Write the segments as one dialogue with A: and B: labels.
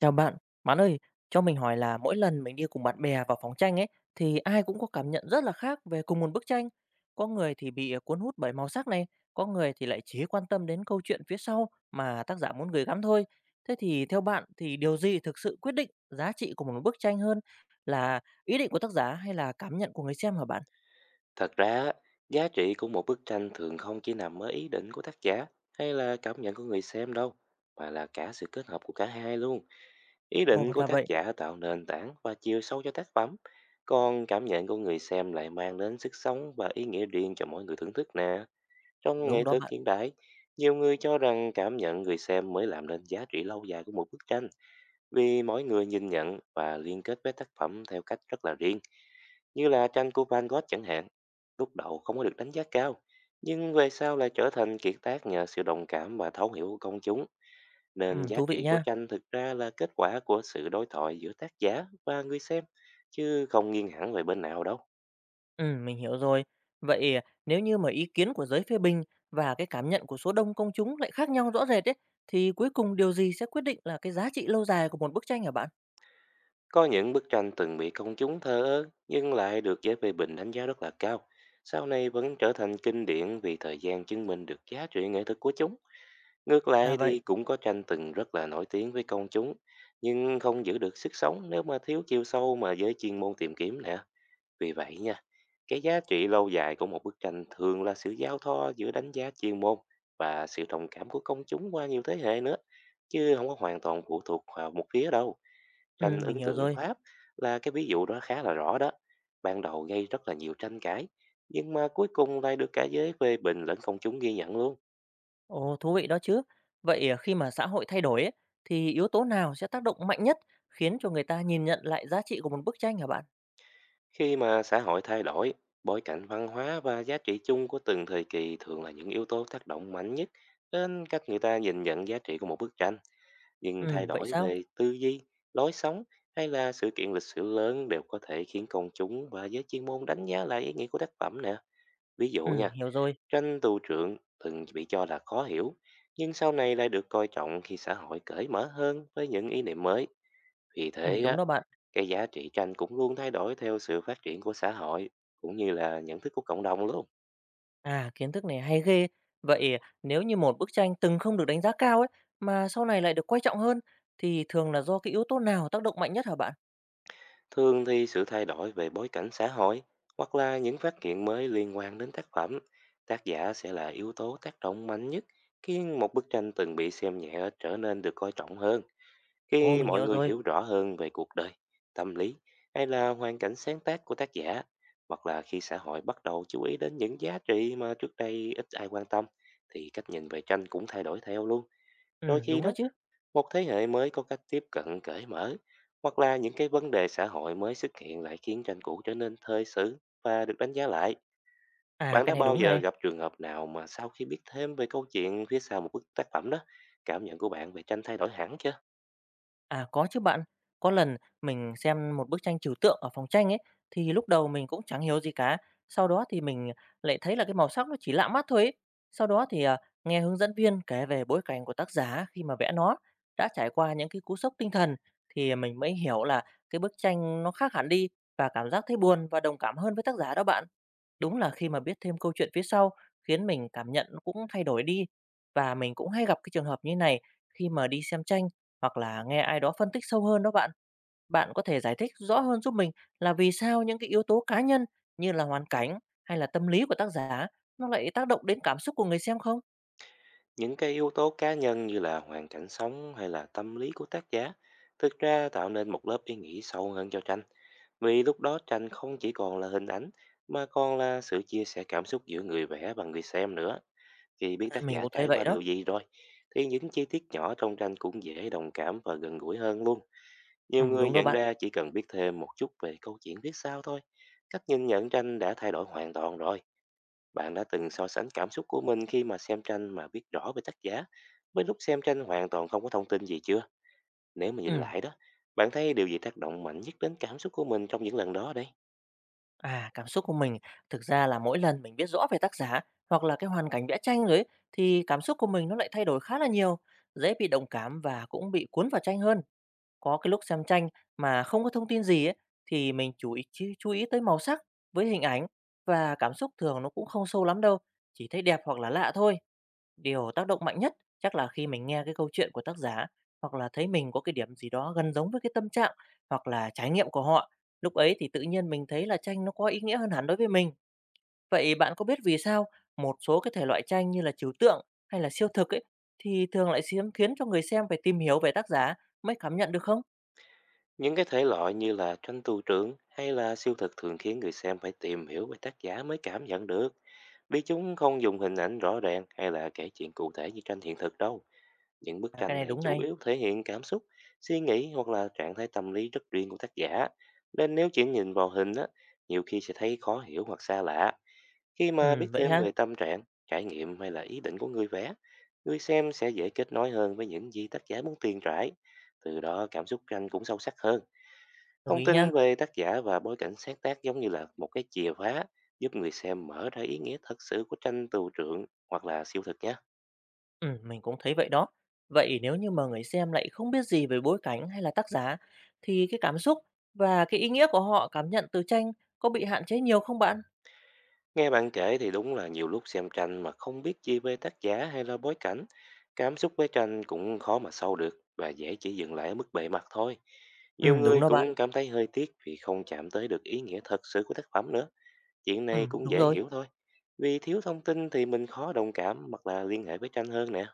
A: Chào bạn, bạn ơi, cho mình hỏi là mỗi lần mình đi cùng bạn bè vào phòng tranh ấy thì ai cũng có cảm nhận rất là khác về cùng một bức tranh. Có người thì bị cuốn hút bởi màu sắc này, có người thì lại chỉ quan tâm đến câu chuyện phía sau mà tác giả muốn gửi gắm thôi. Thế thì theo bạn thì điều gì thực sự quyết định giá trị của một bức tranh hơn là ý định của tác giả hay là cảm nhận của người xem hả bạn?
B: Thật ra, á, giá trị của một bức tranh thường không chỉ nằm ở ý định của tác giả hay là cảm nhận của người xem đâu, mà là cả sự kết hợp của cả hai luôn. Ý định
A: Ồ,
B: của
A: là
B: tác
A: vậy.
B: giả tạo nền tảng và chiều sâu cho tác phẩm, còn cảm nhận của người xem lại mang đến sức sống và ý nghĩa riêng cho mỗi người thưởng thức nè. Trong nghệ
A: Đúng đó
B: thuật
A: bạn.
B: hiện đại, nhiều người cho rằng cảm nhận người xem mới làm nên giá trị lâu dài của một bức tranh, vì mỗi người nhìn nhận và liên kết với tác phẩm theo cách rất là riêng, như là tranh của Van Gogh chẳng hạn. Lúc đầu không có được đánh giá cao, nhưng về sau lại trở thành kiệt tác nhờ sự đồng cảm và thấu hiểu của công chúng, nên
A: Ừ,
B: giá
A: thú vị
B: trị của
A: nha.
B: tranh thực ra là kết quả của sự đối thoại giữa tác giả và người xem, chứ không nghiêng hẳn về bên nào đâu.
A: Mình hiểu rồi. Vậy nếu như mà ý kiến của giới phê bình và cái cảm nhận của số đông công chúng lại khác nhau rõ rệt ấy, thì cuối cùng điều gì sẽ quyết định là cái giá trị lâu dài của một bức tranh hả bạn?
B: Có những bức tranh từng bị công chúng thờ ơ, nhưng lại được giới phê bình đánh giá rất là cao. Sau này vẫn trở thành kinh điển vì thời gian chứng minh được giá trị nghệ thuật của chúng. Ngược
A: Ra
B: lại
A: vậy.
B: thì cũng có tranh từng rất là nổi tiếng với công chúng, nhưng không giữ được sức sống nếu mà thiếu chiều sâu mà giới chuyên môn tìm kiếm nè. Vì vậy nha, cái giá trị lâu dài của một bức tranh thường là sự giao thoa giữa đánh giá chuyên môn và sự đồng cảm của công chúng qua nhiều thế hệ nữa, chứ không có hoàn toàn phụ thuộc vào một phía đâu. Tranh
A: Mình
B: ấn
A: hiểu
B: tượng
A: rồi.
B: Pháp là cái ví dụ đó khá là rõ đó. Ban đầu gây rất là nhiều tranh cãi, nhưng mà cuối cùng lại được cả giới phê bình lẫn công chúng ghi nhận luôn.
A: Ồ, thú vị đó chứ. Vậy à, khi mà xã hội thay đổi ấy, thì yếu tố nào sẽ tác động mạnh nhất khiến cho người ta nhìn nhận lại giá trị của một bức tranh hả bạn?
B: Khi mà xã hội thay đổi, bối cảnh văn hóa và giá trị chung của từng thời kỳ thường là những yếu tố tác động mạnh nhất đến cách người ta nhìn nhận giá trị của một bức tranh. Nhưng thay
A: Vậy
B: đổi
A: sao?
B: về tư duy, lối sống hay là sự kiện lịch sử lớn đều có thể khiến công chúng và giới chuyên môn đánh giá lại ý nghĩa của tác phẩm nè. Ví dụ nha,
A: Hiểu rồi.
B: tranh tù trượng từng bị cho là khó hiểu, nhưng sau này lại được coi trọng khi xã hội cởi mở hơn với những ý niệm mới. Vì thế,
A: Đúng
B: á,
A: đó bạn.
B: cái giá trị tranh cũng luôn thay đổi theo sự phát triển của xã hội cũng như là nhận thức của cộng đồng luôn.
A: À, kiến thức này hay ghê. Vậy nếu như một bức tranh từng không được đánh giá cao ấy, mà sau này lại được coi trọng hơn, thì thường là do cái yếu tố nào tác động mạnh nhất hả bạn?
B: Thường thì sự thay đổi về bối cảnh xã hội hoặc là những phát hiện mới liên quan đến tác phẩm, tác giả sẽ là yếu tố tác động mạnh nhất khiến một bức tranh từng bị xem nhẹ trở nên được coi trọng hơn.
A: Ồ,
B: Khi
A: mình
B: mọi
A: hiểu
B: người
A: rồi.
B: hiểu rõ hơn về cuộc đời, tâm lý hay là hoàn cảnh sáng tác của tác giả hoặc là khi xã hội bắt đầu chú ý đến những giá trị mà trước đây ít ai quan tâm thì cách nhìn về tranh cũng thay đổi theo luôn.
A: Ừ,
B: Đôi khi
A: đúng đó
B: đó
A: chứ.
B: một thế hệ mới có cách tiếp cận cởi mở hoặc là những cái vấn đề xã hội mới xuất hiện lại khiến tranh cũ trở nên thời sự và được đánh giá lại.
A: À,
B: Bạn
A: cái
B: đã
A: này
B: bao
A: đúng
B: giờ
A: này.
B: gặp trường hợp nào mà sau khi biết thêm về câu chuyện phía sau một bức tác phẩm đó, cảm nhận của bạn về tranh thay đổi hẳn chưa?
A: À, có chứ bạn. Có lần mình xem một bức tranh trừu tượng ở phòng tranh ấy, thì lúc đầu mình cũng chẳng hiểu gì cả. Sau đó thì mình lại thấy là cái màu sắc nó chỉ lạ mắt thôi ấy. Sau đó thì nghe hướng dẫn viên kể về bối cảnh của tác giả khi mà vẽ nó, đã trải qua những cái cú sốc tinh thần thì mình mới hiểu là cái bức tranh nó khác hẳn đi và cảm giác thấy buồn và đồng cảm hơn với tác giả đó bạn. Đúng là khi mà biết thêm câu chuyện phía sau khiến mình cảm nhận nó cũng thay đổi đi. Và mình cũng hay gặp cái trường hợp như này khi mà đi xem tranh hoặc là nghe ai đó phân tích sâu hơn đó bạn. Bạn có thể giải thích rõ hơn giúp mình là vì sao những cái yếu tố cá nhân như là hoàn cảnh hay là tâm lý của tác giả nó lại tác động đến cảm xúc của người xem không?
B: Những cái yếu tố cá nhân như là hoàn cảnh sống hay là tâm lý của tác giả thực ra tạo nên một lớp ý nghĩa sâu hơn cho tranh, vì lúc đó tranh không chỉ còn là hình ảnh mà còn là sự chia sẻ cảm xúc giữa người vẽ và người xem nữa. Khi biết
A: À,
B: tác
A: mình
B: giả
A: cũng thấy
B: trải
A: vậy
B: qua
A: đó.
B: điều gì rồi, thì những chi tiết nhỏ trong tranh cũng dễ đồng cảm và gần gũi hơn luôn.
A: Ừ,
B: Nhiều người
A: đúng đó
B: nhận
A: bạn.
B: ra chỉ cần biết thêm một chút về câu chuyện viết sao thôi. Cách nhìn nhận tranh đã thay đổi hoàn toàn rồi. Bạn đã từng so sánh cảm xúc của mình khi mà xem tranh mà biết rõ về tác giả với lúc xem tranh hoàn toàn không có thông tin gì chưa? Nếu mà nhìn
A: Ừ.
B: lại đó, bạn thấy điều gì tác động mạnh nhất đến cảm xúc của mình trong những lần đó đấy?
A: À, cảm xúc của mình thực ra là mỗi lần mình biết rõ về tác giả hoặc là cái hoàn cảnh vẽ tranh rồi ấy, thì cảm xúc của mình nó lại thay đổi khá là nhiều, dễ bị đồng cảm và cũng bị cuốn vào tranh hơn. Có cái lúc xem tranh mà không có thông tin gì ấy, thì mình chú ý tới màu sắc với hình ảnh và cảm xúc thường nó cũng không sâu lắm đâu, chỉ thấy đẹp hoặc là lạ thôi. Điều tác động mạnh nhất chắc là khi mình nghe cái câu chuyện của tác giả hoặc là thấy mình có cái điểm gì đó gần giống với cái tâm trạng hoặc là trải nghiệm của họ. Lúc ấy thì tự nhiên mình thấy là tranh nó có ý nghĩa hơn hẳn đối với mình. Vậy bạn có biết vì sao một số cái thể loại tranh như là trừu tượng hay là siêu thực ấy thì thường lại khiến khiến cho người xem phải tìm hiểu về tác giả mới cảm nhận được không?
B: Những cái thể loại như là tranh tù trưởng hay là siêu thực thường khiến người xem phải tìm hiểu về tác giả mới cảm nhận được. Vì chúng không dùng hình ảnh rõ ràng hay là kể chuyện cụ thể như tranh hiện thực đâu. Những bức
A: À, cái
B: tranh
A: này
B: này
A: đúng
B: chủ
A: này.
B: yếu thể hiện cảm xúc, suy nghĩ hoặc là trạng thái tâm lý rất riêng của tác giả. Nên nếu chỉ nhìn vào hình á, nhiều khi sẽ thấy khó hiểu hoặc xa lạ. Khi
A: Ừ,
B: mà biết
A: vậy
B: thêm
A: ha,
B: về tâm trạng, trải nghiệm hay là ý định của người vẽ, người xem sẽ dễ kết nối hơn với những gì tác giả muốn truyền trải. Từ đó cảm xúc tranh cũng sâu sắc hơn.
A: đồng
B: Thông
A: ý nha.
B: tin về tác giả và bối cảnh sáng tác giống như là một cái chìa khóa giúp người xem mở ra ý nghĩa thật sự của tranh tường trượng hoặc là siêu thực nhé.
A: Mình cũng thấy vậy đó. Vậy nếu như mà người xem lại không biết gì về bối cảnh hay là tác giả thì cái cảm xúc và cái ý nghĩa của họ cảm nhận từ tranh có bị hạn chế nhiều không bạn?
B: Nghe bạn kể thì đúng là nhiều lúc xem tranh mà không biết chi về tác giả hay là bối cảnh. Cảm xúc với tranh cũng khó mà sâu được và dễ chỉ dừng lại ở mức bề mặt thôi.
A: Ừ,
B: Nhiều
A: đúng
B: người
A: đó bạn.
B: cũng cảm thấy hơi tiếc vì không chạm tới được ý nghĩa thật sự của tác phẩm nữa. Chuyện này
A: Ừ,
B: cũng
A: đúng
B: dễ
A: rồi.
B: hiểu thôi. Vì thiếu thông tin thì mình khó đồng cảm hoặc là liên hệ với tranh hơn nè.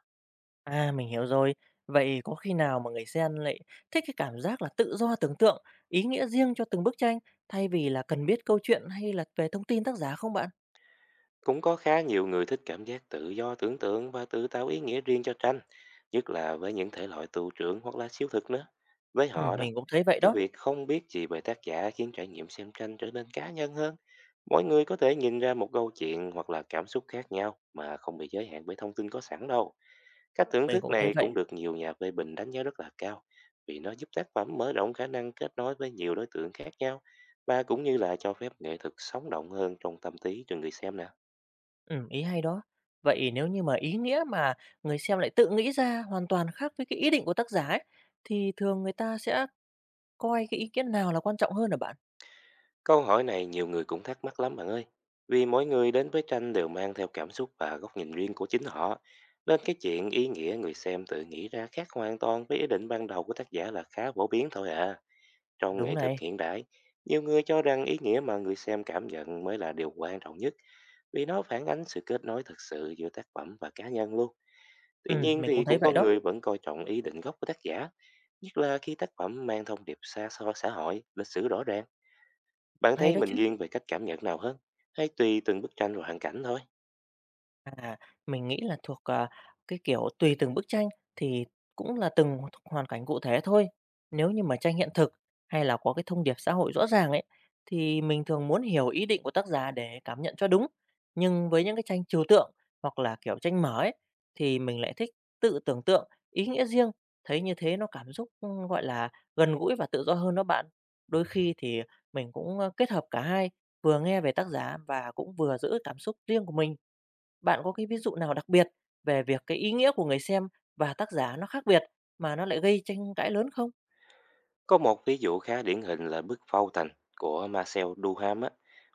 A: À, mình hiểu rồi. Vậy có khi nào mà người xem lại thích cái cảm giác là tự do tưởng tượng, ý nghĩa riêng cho từng bức tranh thay vì là cần biết câu chuyện hay là về thông tin tác giả không bạn?
B: Cũng có khá nhiều người thích cảm giác tự do tưởng tượng và tự tạo ý nghĩa riêng cho tranh, nhất là với những thể loại tù trưởng hoặc là siêu thực nữa. Với
A: Ừ,
B: họ đó,
A: mình cũng thấy vậy
B: cái
A: đó.
B: việc không biết gì về tác giả khiến trải nghiệm xem tranh trở nên cá nhân hơn. Mỗi người có thể nhìn ra một câu chuyện hoặc là cảm xúc khác nhau mà không bị giới hạn bởi thông tin có sẵn đâu. Cách thưởng
A: Mình
B: thức
A: cũng thấy
B: này
A: vậy.
B: cũng được nhiều nhà phê bình đánh giá rất là cao, vì nó giúp tác phẩm mở rộng khả năng kết nối với nhiều đối tượng khác nhau và cũng như là cho phép nghệ thuật sống động hơn trong tâm trí cho người xem nè.
A: Ý hay đó. Vậy nếu như mà ý nghĩa mà người xem lại tự nghĩ ra hoàn toàn khác với cái ý định của tác giả ấy, thì thường người ta sẽ coi cái ý kiến nào là quan trọng hơn hả bạn?
B: Câu hỏi này nhiều người cũng thắc mắc lắm bạn ơi. Vì mỗi người đến với tranh đều mang theo cảm xúc và góc nhìn riêng của chính họ. Nên cái chuyện ý nghĩa người xem tự nghĩ ra khác hoàn toàn với ý định ban đầu của tác giả là khá phổ biến thôi à. Trong
A: Đúng
B: nghệ thuật
A: này,
B: hiện đại, nhiều người cho rằng ý nghĩa mà người xem cảm nhận mới là điều quan trọng nhất. Vì nó phản ánh sự kết nối thực sự giữa tác phẩm và cá nhân luôn.
A: ừ
B: Tuy nhiên
A: mình cũng
B: thì
A: thấy
B: cũng
A: vậy
B: có
A: đó,
B: người vẫn coi trọng ý định gốc của tác giả. Nhất là khi tác phẩm mang thông điệp xa xôi xã hội, lịch sử rõ ràng. Bạn
A: hay
B: thấy
A: đó
B: mình
A: chứ.
B: nghiêng về cách cảm nhận nào hơn? Hay tùy từng bức tranh và hoàn cảnh thôi?
A: À, mình nghĩ là cái kiểu, tùy từng bức tranh thì cũng là từng hoàn cảnh cụ thể thôi. Nếu như mà tranh hiện thực hay là có cái thông điệp xã hội rõ ràng ấy, thì mình thường muốn hiểu ý định của tác giả để cảm nhận cho đúng. Nhưng với những cái tranh trừu tượng hoặc là, kiểu, tranh mở ấy, thì mình lại thích tự tưởng tượng ý nghĩa riêng, thấy như thế nó cảm xúc, gọi là, gần gũi và tự do hơn đó bạn. Đôi khi thì mình cũng, kết hợp cả hai, vừa nghe về tác giả và cũng vừa giữ cảm xúc riêng của mình. Bạn có cái ví dụ nào đặc biệt về việc cái ý nghĩa của người xem và tác giả nó khác biệt mà nó lại gây tranh cãi lớn không?
B: Có một ví dụ khá điển hình là bức Phâu Thành của Marcel Duham á.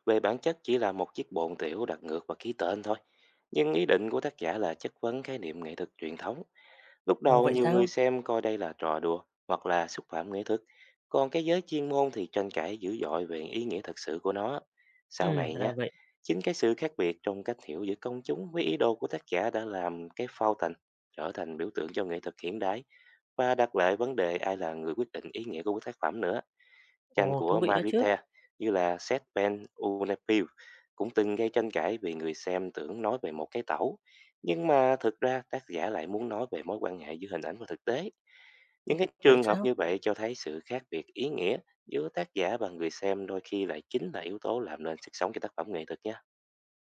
B: Về bản chất chỉ là một chiếc bồn tiểu đặt ngược và ký tên thôi. Nhưng ý định của tác giả là chất vấn khái niệm nghệ thuật truyền thống. Lúc
A: Ồ,
B: đầu
A: vậy
B: nhiều người
A: sao?
B: xem coi đây là trò đùa hoặc là xúc phạm nghệ thuật, còn cái giới chuyên môn thì tranh cãi dữ dội về ý nghĩa thật sự của nó. Sau này nhé,
A: Là vậy.
B: chính cái sự khác biệt trong cách hiểu giữa công chúng với ý đồ của tác giả đã làm cái phao thành trở thành biểu tượng cho nghệ thuật hiện đại và đặt lại vấn đề ai là người quyết định ý nghĩa của bức tác phẩm nữa. Tranh
A: Ồ, thú
B: của
A: vị đó chứ.
B: Mariette như là Set Ben Unapil cũng từng gây tranh cãi vì người xem tưởng nói về một cái tẩu, nhưng mà thực ra tác giả lại muốn nói về mối quan hệ giữa hình ảnh và thực tế. Những cái
A: Vậy
B: trường hợp
A: sao?
B: như vậy cho thấy sự khác biệt ý nghĩa giữa tác giả và người xem đôi khi lại chính là yếu tố làm nên sức sống cho tác phẩm nghệ thuật nha.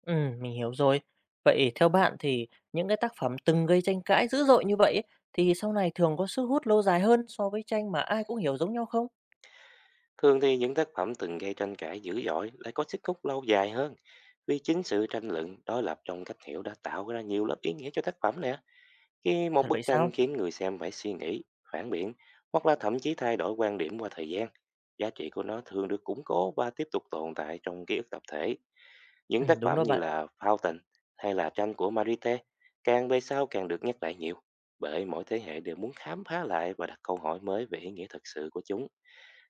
A: Mình hiểu rồi. Vậy theo bạn thì những cái tác phẩm từng gây tranh cãi dữ dội như vậy ấy, thì sau này thường có sức hút lâu dài hơn so với tranh mà ai cũng hiểu giống nhau không?
B: Thường thì những tác phẩm từng gây tranh cãi dữ dội lại có sức hút lâu dài hơn, vì chính sự tranh luận đối lập trong cách hiểu đã tạo ra nhiều lớp ý nghĩa cho tác phẩm nè.
A: Ồ,
B: Khi một
A: thật vậy
B: bức
A: sao?
B: tranh khiến người xem phải suy nghĩ, phản biện hoặc là thậm chí thay đổi quan điểm qua thời gian, giá trị của nó thường được củng cố và tiếp tục tồn tại trong ký ức tập thể. Những tác
A: Đúng
B: phẩm
A: đó
B: như
A: bạn.
B: là Fountain hay là tranh của Marite càng về sau càng được nhắc lại nhiều, bởi mỗi thế hệ đều muốn khám phá lại và đặt câu hỏi mới về ý nghĩa thực sự của chúng.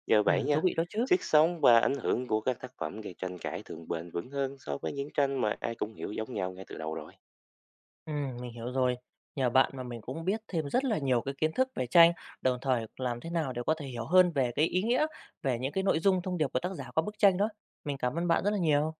B: Nhờ vậy
A: Thú
B: nha,
A: vị đó chứ.
B: sức sống và ảnh hưởng của các tác phẩm gây tranh cãi thường bền vững hơn so với những tranh mà ai cũng hiểu giống nhau ngay từ đầu rồi.
A: Mình hiểu rồi. Nhờ bạn mà mình cũng biết thêm rất là nhiều cái kiến thức về tranh, đồng thời làm thế nào để có thể hiểu hơn về cái ý nghĩa, về những cái nội dung thông điệp của tác giả qua bức tranh đó. Mình cảm ơn bạn rất là nhiều.